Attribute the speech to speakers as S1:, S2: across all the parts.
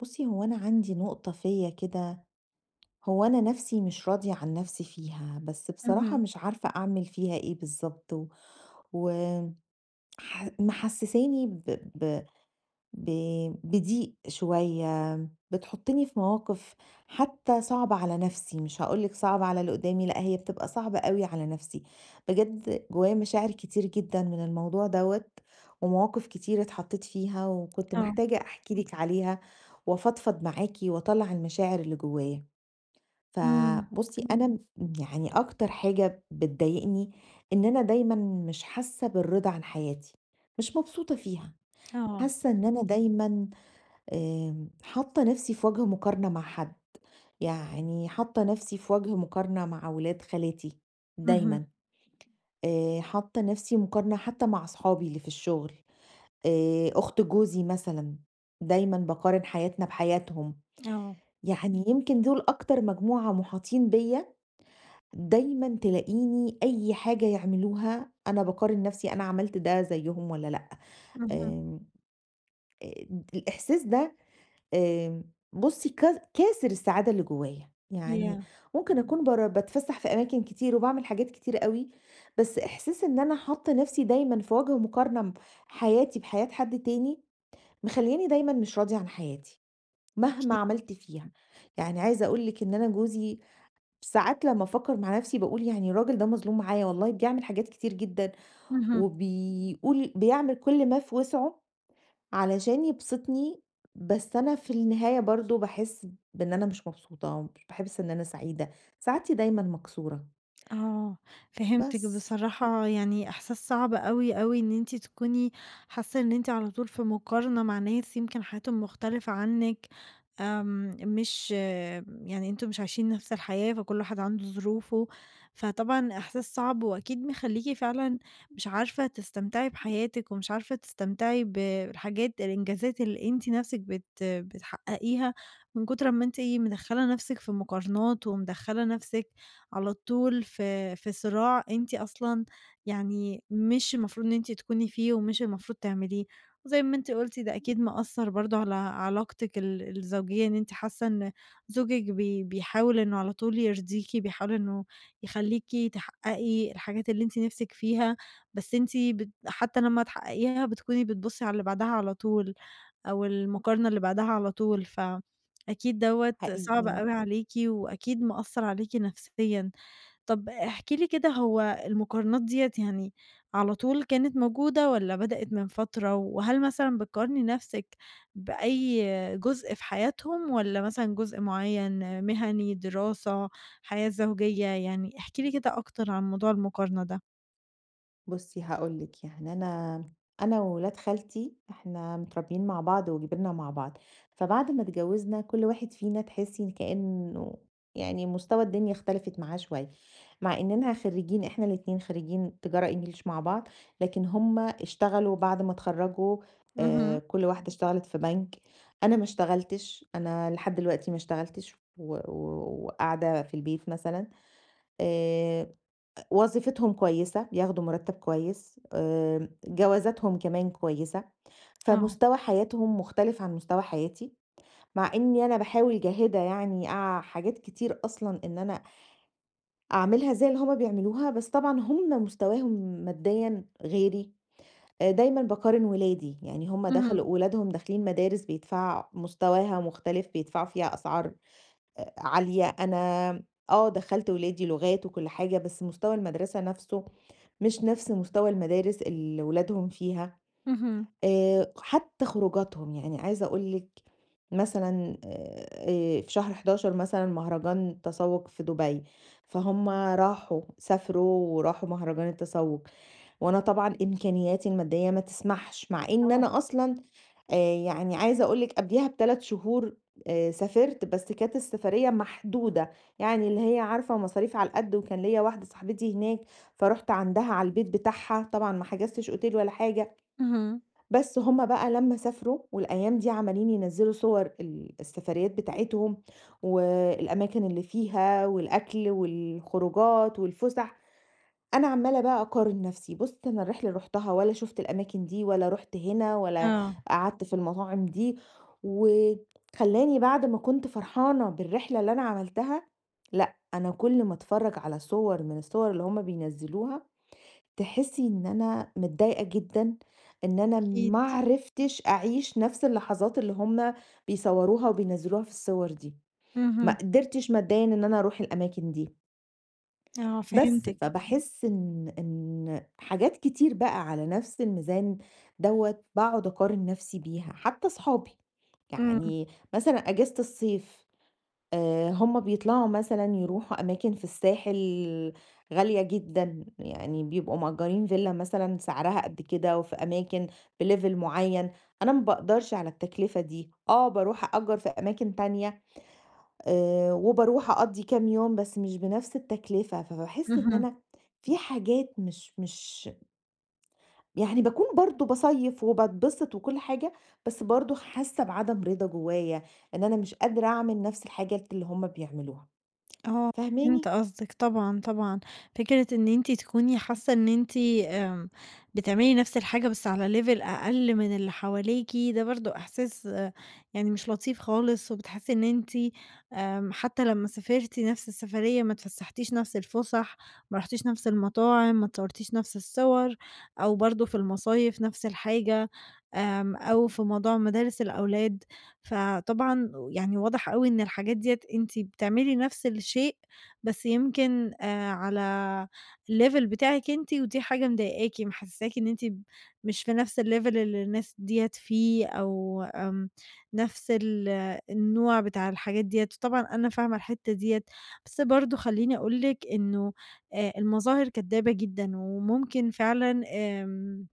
S1: بُصّي، هو أنا عندي نقطة فيّا كده، هو أنا نَفْسي مش راضية عن نَفْسي فيها، بس بصراحة
S2: اهم،
S1: مش عارفة أعمل فيها إيه بالضبط، و وح محسّساني ب ب ب بضيق شوية، بتحطّني في مواقف حتى صعبة على نَفْسي، مش هاقول لِك صعبة على اللي قُدّامي، لأ هي بتبقى صعبة أوي على نَفْسي، بجد جوّايا مشاعر كتير جدًا من الموضوع دوّة، ومواقف كتير اتحطّيت فيها وكنت
S2: آه،
S1: محتاجة أحكي لِك عليها، وأفضفض معاكِ وأطلّع المشاعر اللي جوّايا.
S2: إمم،
S1: فبُصّي إمم. أنا م يعني أكتر حاجة بتضايقني إن أنا دايمًا مش حاسّة بالرضا عن حياتي، مش مبسوطة فيها،
S2: آه،
S1: حاسّة إن أنا دايمًا حاطة نفسي في وجه مقارنة مع حد، يعني حاطة نفسي في وجه مقارنة مع ولاد خالاتي
S2: اهم،
S1: دايمًا، حاطة نفسي مقارنة حتى مع صحابي اللي في الشغل، أخت جوزي مثلًا دايمًا باقارن حياتنا بحياتهم،
S2: آه،
S1: يعني يمكن دول أكتر مجموعة مُحاطين بيّا، دايمًا تلاقيني أي حاجة يعملوها أنا باقارن نفسي أنا عملت ده زيّهم والّا لأ،
S2: اهم،
S1: آمم، آآ، الإحساس ده آمم، بُصّي كاسر السعادة اللي جوايا، يعني
S2: ياه!
S1: ممكن أكون باتفسّح في أماكن كتير وباعمل حاجات كتير أوي، بس إحساس إن أنا حاطّة نَفْسي دايمًا في وَجْه مقارنة حياتي بحياة حد تاني، مخلّياني دايمًا مش راضية عن حياتي، مهما
S2: أكيد،
S1: عملت فيها، يعني عايزة أقول لِك إن أنا جوزي ساعات لمّا أفكّر مع نَفْسي باقول يعني الراجل ده مظلوم معايا والله بيعمل حاجات كتير جدًا،
S2: اهم،
S1: وبيقول بيعمل كل ما في وسعه علشان يبسطني، بس أنا في النهاية برضه باحس بإن أنا مش مبسوطة، مش باحس إن أنا سعيدة، سعادتي دايمًا مكسورة،
S2: آه. فهمتِك
S1: بس
S2: بصراحة، يعني إحساس صعب أوي، أوي إن أنتِ تكوني حاسة إن أنتِ على طول في مقارنة مع ناس يمكن حياتهم مختلفة عنِّك. آمم، مش يعني أنتم مش عايشين نفس الحياة، فكل واحد عنده ظروفه، فطبعًا إحساس صعب وأكيد مخلّيكِ فعلًا مش عارفة تستمتعي بحياتِك، ومش عارفة تستمتعي بالحاجات الإنجازات اللي أنتِ نفسِك بتحققيها، من كتر ما أنتِ إيه، مدخّلة نفسِك في مقارنات، ومدخّلة نفسِك على طول في صراع أنتِ أصلًا يعني مش المفروض إن أنتِ تكوني فيه، ومش المفروض تعمليه. وزي ما أنتِ قُلتِ ده أكيد مأثّر برضه على علاقتِك الزوجية، إن أنتِ حاسة إن زوجِك بيحاول إنه على طول يرضيكِ، بيحاول إنه يخلّيكِ تحقّقي الحاجات اللي أنتِ نِفْسِك فيها، بس أنتِ حتى لمّا تحقّقيها بتكوني بتبُصّي على اللي بعدها على طول، أو المقارنة اللي بعدها على طول، فأكيد دوّة صعب
S1: حقيقي.
S2: أوي عليكِ وأكيد مأثّر عليكِ نفسيًا. طب احكِ لي كده، هو المقارنات ديّة يعني على طول كانت موجودة والّا بدأت من فترة؟ وهل مثلًا بتقارني نَفْسِك بأي جزء في حياتهم والّا مثلًا جزء معيّن مهني، دراسة، حياة زوجية؟ يعني احكِ لي كده أكتر عن موضوع المقارنة ده.
S1: بُصّي هاقول لِك، يعني أنا وولاد خالتي إحنا متربيين مع بعض وكبرنا مع بعض، فبعد ما اتجوزنا كل واحد فينا تحسي كأنه يعني مستوى الدنيا اختلفت معاه شوية، مع إننا خريجين إحنا الاتنين خريجين تجارة إنجليش مع بعض، لكن هُم اشتغلوا بعد ما اتخرجوا
S2: اهم،
S1: كل واحدة اشتغلت في بنك، أنا ما اشتغلتش، أنا لحد دلوقتي ما اشتغلتش و وقاعدة في البيت مثلًا آآ وظيفتهم كويسة، بياخدوا مرتب كويس، جوازاتهم كمان كويسة،
S2: آه،
S1: فمستوى حياتهم مختلف عن مستوى حياتي، مع إني أنا باحاول جاهدة يعني حاجات كتير أصلًا إن أنا أعملها زي اللي هُم بيعملوها، بس طبعًا هُم مستواهم ماديًا غيري، دايمًا باقارن ولادي، يعني هُم
S2: اهم،
S1: دخلوا ولادهم داخلين مدارس بيدفع مستواها مختلف، بيدفعوا فيها أسعار عالية، أنا آه دخّلت ولادي لغات وكل حاجة، بس مستوى المدرسة نَفْسه مش نَفْس مستوى المدارس اللي ولادهم فيها،
S2: اهم،
S1: حتى خروجاتهم، يعني عايزة أقول لِك مثلًا في شهر 11 مثلًا مهرجان تسوّق في دبي، فهُم راحوا سافروا وراحوا مهرجان التسوّق. وأنا طبعًا إمكانياتي المادية ما تسمحش، مع إن
S2: آه،
S1: أنا أصلًا يعني عايزة أقول لِك قبليها ب3 شهور سافرت، بس كانت السفرية محدودة، يعني اللي هي عارفة مصاريف على القد، وكان ليّا واحدة صاحبتي هناك، فرُحت عندها على البيت بتاعها، طبعًا ما حجزتش أوتيل ولا حاجة،
S2: اهم،
S1: بس هُم بقى لمّا سافروا والأيام دي عمالين ينزّلوا صور السفريات بتاعتهم والأماكن اللي فيها والأكل والخروجات والفُسح، أنا عمّالة بقى أقارن نَفْسي، بُص أنا الرحلة اللي رُحتها ولا شُفت الأماكن دي ولا رُحت هنا ولا
S2: آه،
S1: قعدت في المطاعم دي، وخلّاني بعد ما كنت فرحانة بالرحلة اللي أنا عملتها، لأ، أنا كل ما أتفرّج على صور من الصور اللي هم بينزّلوها، تحسّي إن أنا متضايقة جدًا إن أنا
S2: أكيد،
S1: ما عرفتش أعيش نَفْس اللحظات اللي هم بيصوّروها وبينزّلوها في الصور دي، ما
S2: اهم،
S1: قدرتش ماديًا إن أنا أروح الأماكن دي.
S2: آه،
S1: بس،
S2: فهمتِك،
S1: فباحس إن حاجات كتير بقى على نفس الميزان دوّة باقعد أقارن نفسي بيها، حتى أصحابي،
S2: إمم،
S1: يعني مثلًا أجازة الصيف هُم بيطلعوا مثلًا يروحوا أماكن في الساحل غالية جدًا، يعني بيبقوا مأجرين فيلا مثلًا سعرها قد كده وفي أماكن بlevel معين، أنا ما باقدرش على التكلفة دي، آه، باروح أأجر في أماكن تانية وباروح أقضّي كام يوم بس مش بنفس التكلفة، فباحس إن
S2: اهم.
S1: أنا في حاجات مش يعني باكون برضه باصيّف وباتبسط وكل حاجة، بس برضه حاسة بعدم رضا جوايا، إن أنا مش قادرة أعمل نفس الحاجات اللي هُم بيعملوها،
S2: آه، فهمت
S1: فاهماني؟
S2: قصدِك طبعًا، طبعًا. فكرة إن أنتِ تكوني حاسة إن أنتِ آمم، بتعملي نفس الحاجة بس على level أقل من اللي حواليكِ، ده برضه إحساس آه، يعني مش لطيف خالص، وبتحسي إن أنتِ حتى لمّا سافرتِ نفس السفرية ما اتفسحتيش نفس الفُسح، ما رُحتيش نفس المطاعم، ما اتصورتيش نفس الصور، أو برضه في المصايف نفس الحاجة، أو في موضوع مدارس الأولاد. فطبعًا يعني واضح أوي إن الحاجات ديّة أنتِ بتعملي نفس الشيء، بس يمكن على الlevel بتاعِك أنتِ، ودي حاجة مضايقاكِ، محسّساكِ إن أنتِ مش في نفس الlevel اللي الناس ديّة فيه، أو نفس النوع بتاع الحاجات ديّة، وطبعًا أنا فاهمة الحتّة ديّة، بس برضه خلّيني أقول لِك إنه المظاهر كدّابة جدًا، وممكن فعلًا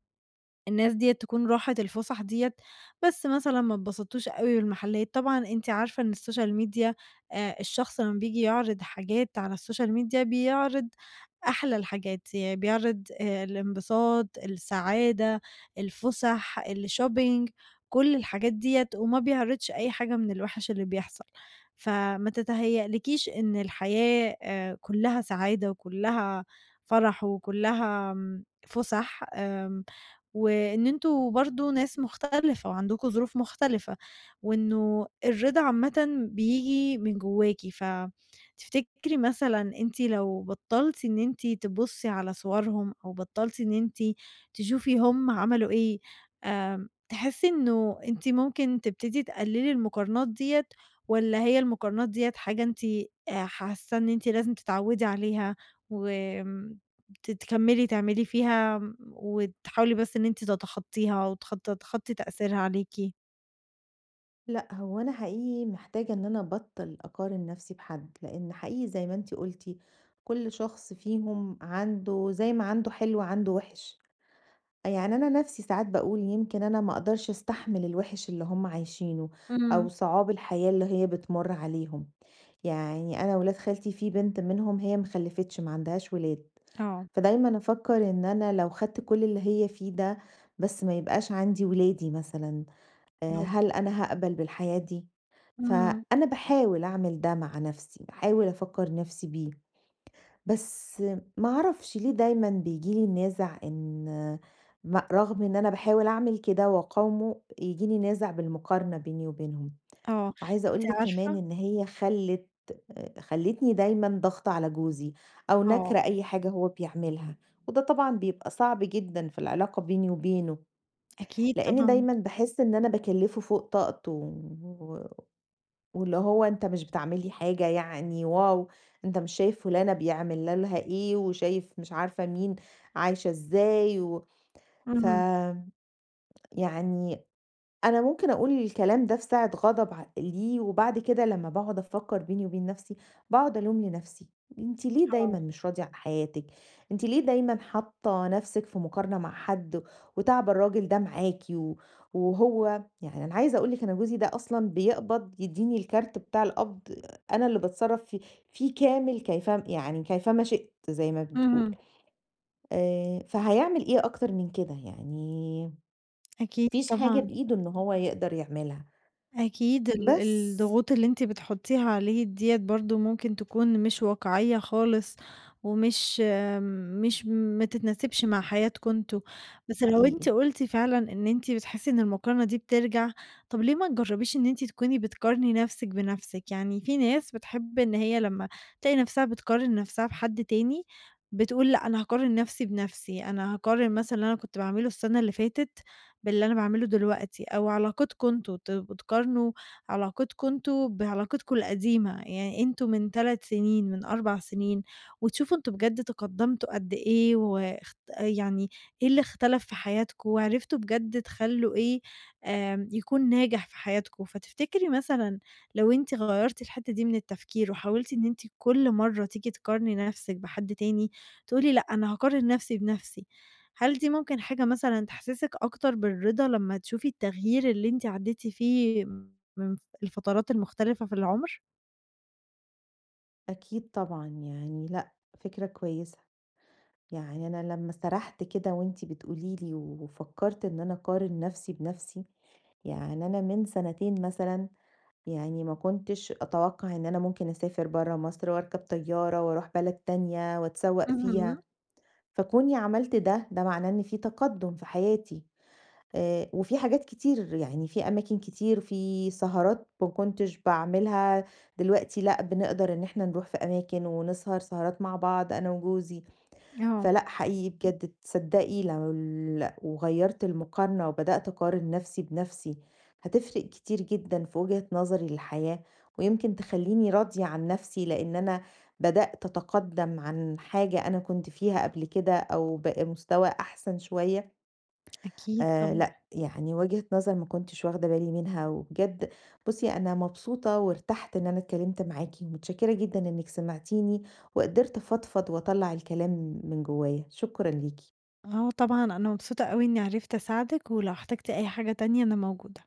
S2: الناس ديّة تكون راحت الفُسح ديّة، بس مثلًا ما اتبسطتوش أوي بالمحلات. طبعًا أنتِ عارفة إن السوشيال ميديا، الشخص لمّا بييجي يعرض حاجات على السوشيال ميديا بيعرض أحلى الحاجات، بيعرض الانبساط، السعادة، الفُسح، الshopping، كل الحاجات ديّة وما بيعرضش أي حاجة من الوِحِش اللي بيحصل، فما تتهيألكيش إن الحياة كُلّها سعادة وكُلّها فرح وكُلّها فُسح، وإن أنتم برضه ناس مختلفة وعندكم ظروف مختلفة، وإنه الرضا عامةً بييجي من جواكِ. فتفتكري مثلًا أنتِ لو بطّلتِ إن أنتِ تبُصّي على صورهم، أو بطّلتِ إن أنتِ تشوفي هم عملوا إيه، تحسّي إنه أنتِ ممكن تبتدي تقلّلي المقارنات ديّة، والّا هي المقارنات ديّة حاجة أنتِ حاسّة إن أنتِ لازم تتعوّدي عليها وآمم ت تكمّلي تعملي فيها م وتحاولي بس إن أنتِ تتخطّيها وتخط تتخطّي تأثيرها عليكِ.
S1: لأ، هو أنا حقيقي محتاجة إن أنا أبطّل أقارن نفسي بحد، لإن حقيقي زي ما أنتِ قُلتِ كل شخص فيهم عنده زي ما عنده حلو عنده وِحِش. يعني أنا نفسي ساعات باقول يمكن أنا ما أقدرش أستحمل الوِحِش اللي هُم عايشينه، أو
S2: إمم.
S1: صعاب الحياة اللي هي بتمُر عليهم، يعني أنا ولاد خالتي في بنت منهم هي ما خلّفتش ما عندهاش ولاد،
S2: آه،
S1: فدايمًا أفكّر إن أنا لو خدت كل اللي هي فيه ده بس ما يبقاش عندي ولادي مثلًا،
S2: برضه.
S1: هل أنا هاقبل بالحياة دي؟
S2: إمم.
S1: فأنا باحاول أعمل ده مع نفسي، باحاول أفكّر نفسي بيه. بس ما اعرفش ليه دايمًا بييجي لي النازع إن رغم إن أنا باحاول أعمل كده وأقاومه، ييجي لي نازع بالمقارنة بيني وبينهم،
S2: آه،
S1: وعايزة
S2: أنتِ
S1: أقول لِك كمان
S2: عارفة
S1: إن هي خلِّت خلِّتني دايمًا ضاغطة على جوزي أو
S2: آه،
S1: ناكرة أي حاجة هو بيعملها، وده طبعًا بيبقى صعب جدًا في العلاقة بيني وبينه،
S2: أكيد
S1: لإني
S2: طبعًا.
S1: دايمًا باحس إن أنا باكلّفه فوق طاقته واللي هو أنتِ مش بتعملي حاجة يعني واو! أنت مش شايف فلانة بيعمل لها إيه، وشايف مش عارفة مين عايشة إزاي و ف
S2: اهم،
S1: يعني أنا ممكن أقول الكلام ده في ساعة غضب ليه، وبعد كده لمّا باقعد أفكّر بيني وبين نفسي، باقعد ألوم لنفسي، أنتِ ليه
S2: آه.
S1: دايمًا مش راضية عن حياتِك، أنتِ ليه دايمًا حاطة نفسِك في مقارنة مع حد، وتعب الراجل ده معاكِ، وهو يعني أنا عايزة أقول لِك أنا جوزي ده أصلًا بيقبض يدّيني الكارت بتاع القبض، أنا اللي باتصرّف فيه في كامل كيفما يعني كيفما شئت زي ما بتقول،
S2: اهم.
S1: فهيعمل إيه أكتر من كده يعني، ما
S2: أكيد
S1: فيش حاجة
S2: طبعًا.
S1: بإيده إن هو يقدر يعملها.
S2: أكيد ال
S1: بس
S2: الضغوط اللي أنتِ بتحطّيها عليه ديّة برضه ممكن تكون مش واقعية خالص، ومش آم، مش ما تتناسبش مع حياتكم أنتم. بس لو
S1: حقيقي
S2: أنتِ قُلتِ فعلًا إن أنتِ بتحسّي إن المقارنة دي بترجع، طَب ليه ما تجرّبيش إن أنتِ تكوني بتقارني نَفْسِك بنَفْسِك؟ يعني في ناس بتحب إن هي لمّا تلاقي نَفْسها بتقارن نَفْسها بحد تاني، بتقول لأ، أنا هاقارن نَفْسي بنَفْسي، أنا هاقارن مثلًا اللي أنا كنت باعمله السَنة اللي فاتت باللي أنا باعمله دلوقتي، أو علاقتكم أنتم تبقوا تقارنوا علاقتكم أنتم بعلاقتكم القديمة، يعني أنتم من 3 سنين، من 4 سنين، وتشوفوا أنتم بجد تقدمتوا قد إيه، يعني إيه اللي اختلف في حياتكم، وعرفتوا بجد تخلوا إيه يكون ناجح في حياتكم. فتفتكري مثلًا لو أنتِ غيّرتِ الحتة دي من التفكير، وحاولتِ إن أنتِ كل مرّة تيجي تقارني نفسِك بحد تاني، تقولي لأ أنا هاقارن نفسي بنفسي، هل دي ممكن حاجة مثلًا تحسسِك أكتر بالرضا لمّا تشوفي التغيير اللي أنتِ عدّيتِ فيه من الفترات المختلفة في العمر؟
S1: أكيد طبعًا يعني لأ، فكرة كويسة، يعني أنا لمّا سرحت كده وأنتِ بتقولي لي وفكّرت إن أنا أقارن نَفْسي بنَفْسي، يعني أنا من سنتين مثلًا يعني ما كنتش أتوقّع إن أنا ممكن أسافر برّه مصر وأركب طيارة وأروح بلد تانية وأتسوّق
S2: اهم.
S1: فيها، فكوني عملت ده، ده معناه إن في تقدُّم في حياتي. وفي حاجات كتير، يعني في أماكن كتير، في سهرات ما كنتش باعملها، دلوقتي لأ، بنقدر إن إحنا نروح في أماكن ونسهر سهرات مع بعض أنا وجوزي،
S2: آه،
S1: فلأ حقيقي بجد تصدّقي لو ال وغيّرت المقارنة وبدأت أقارن نَفْسي بنَفْسي، هتفرق كتير جدًا في وجهة نظري للحياة، ويمكن تخلّيني راضية عن نَفْسي لإن أنا بدأت أتقدّم عن حاجة أنا كنت فيها قبل كده أو بقى مستوى أحسن شوية،
S2: أكيد طبعًا.
S1: لأ، يعني وجهة نظر ما كنتش واخدة بالي منها، وبجد بُصّي أنا مبسوطة وارتحت إن أنا اتكلمت معاكِ، ومتشكرة جدًا إنِك سمعتيني، وقدرت أفضفض وأطلّع الكلام من جوايا، شكرًا ليكِ.
S2: آه طبعًا، أنا مبسوطة أوي إني عرفت أساعدِك، ولو احتجتِ أي حاجة تانية أنا موجودة.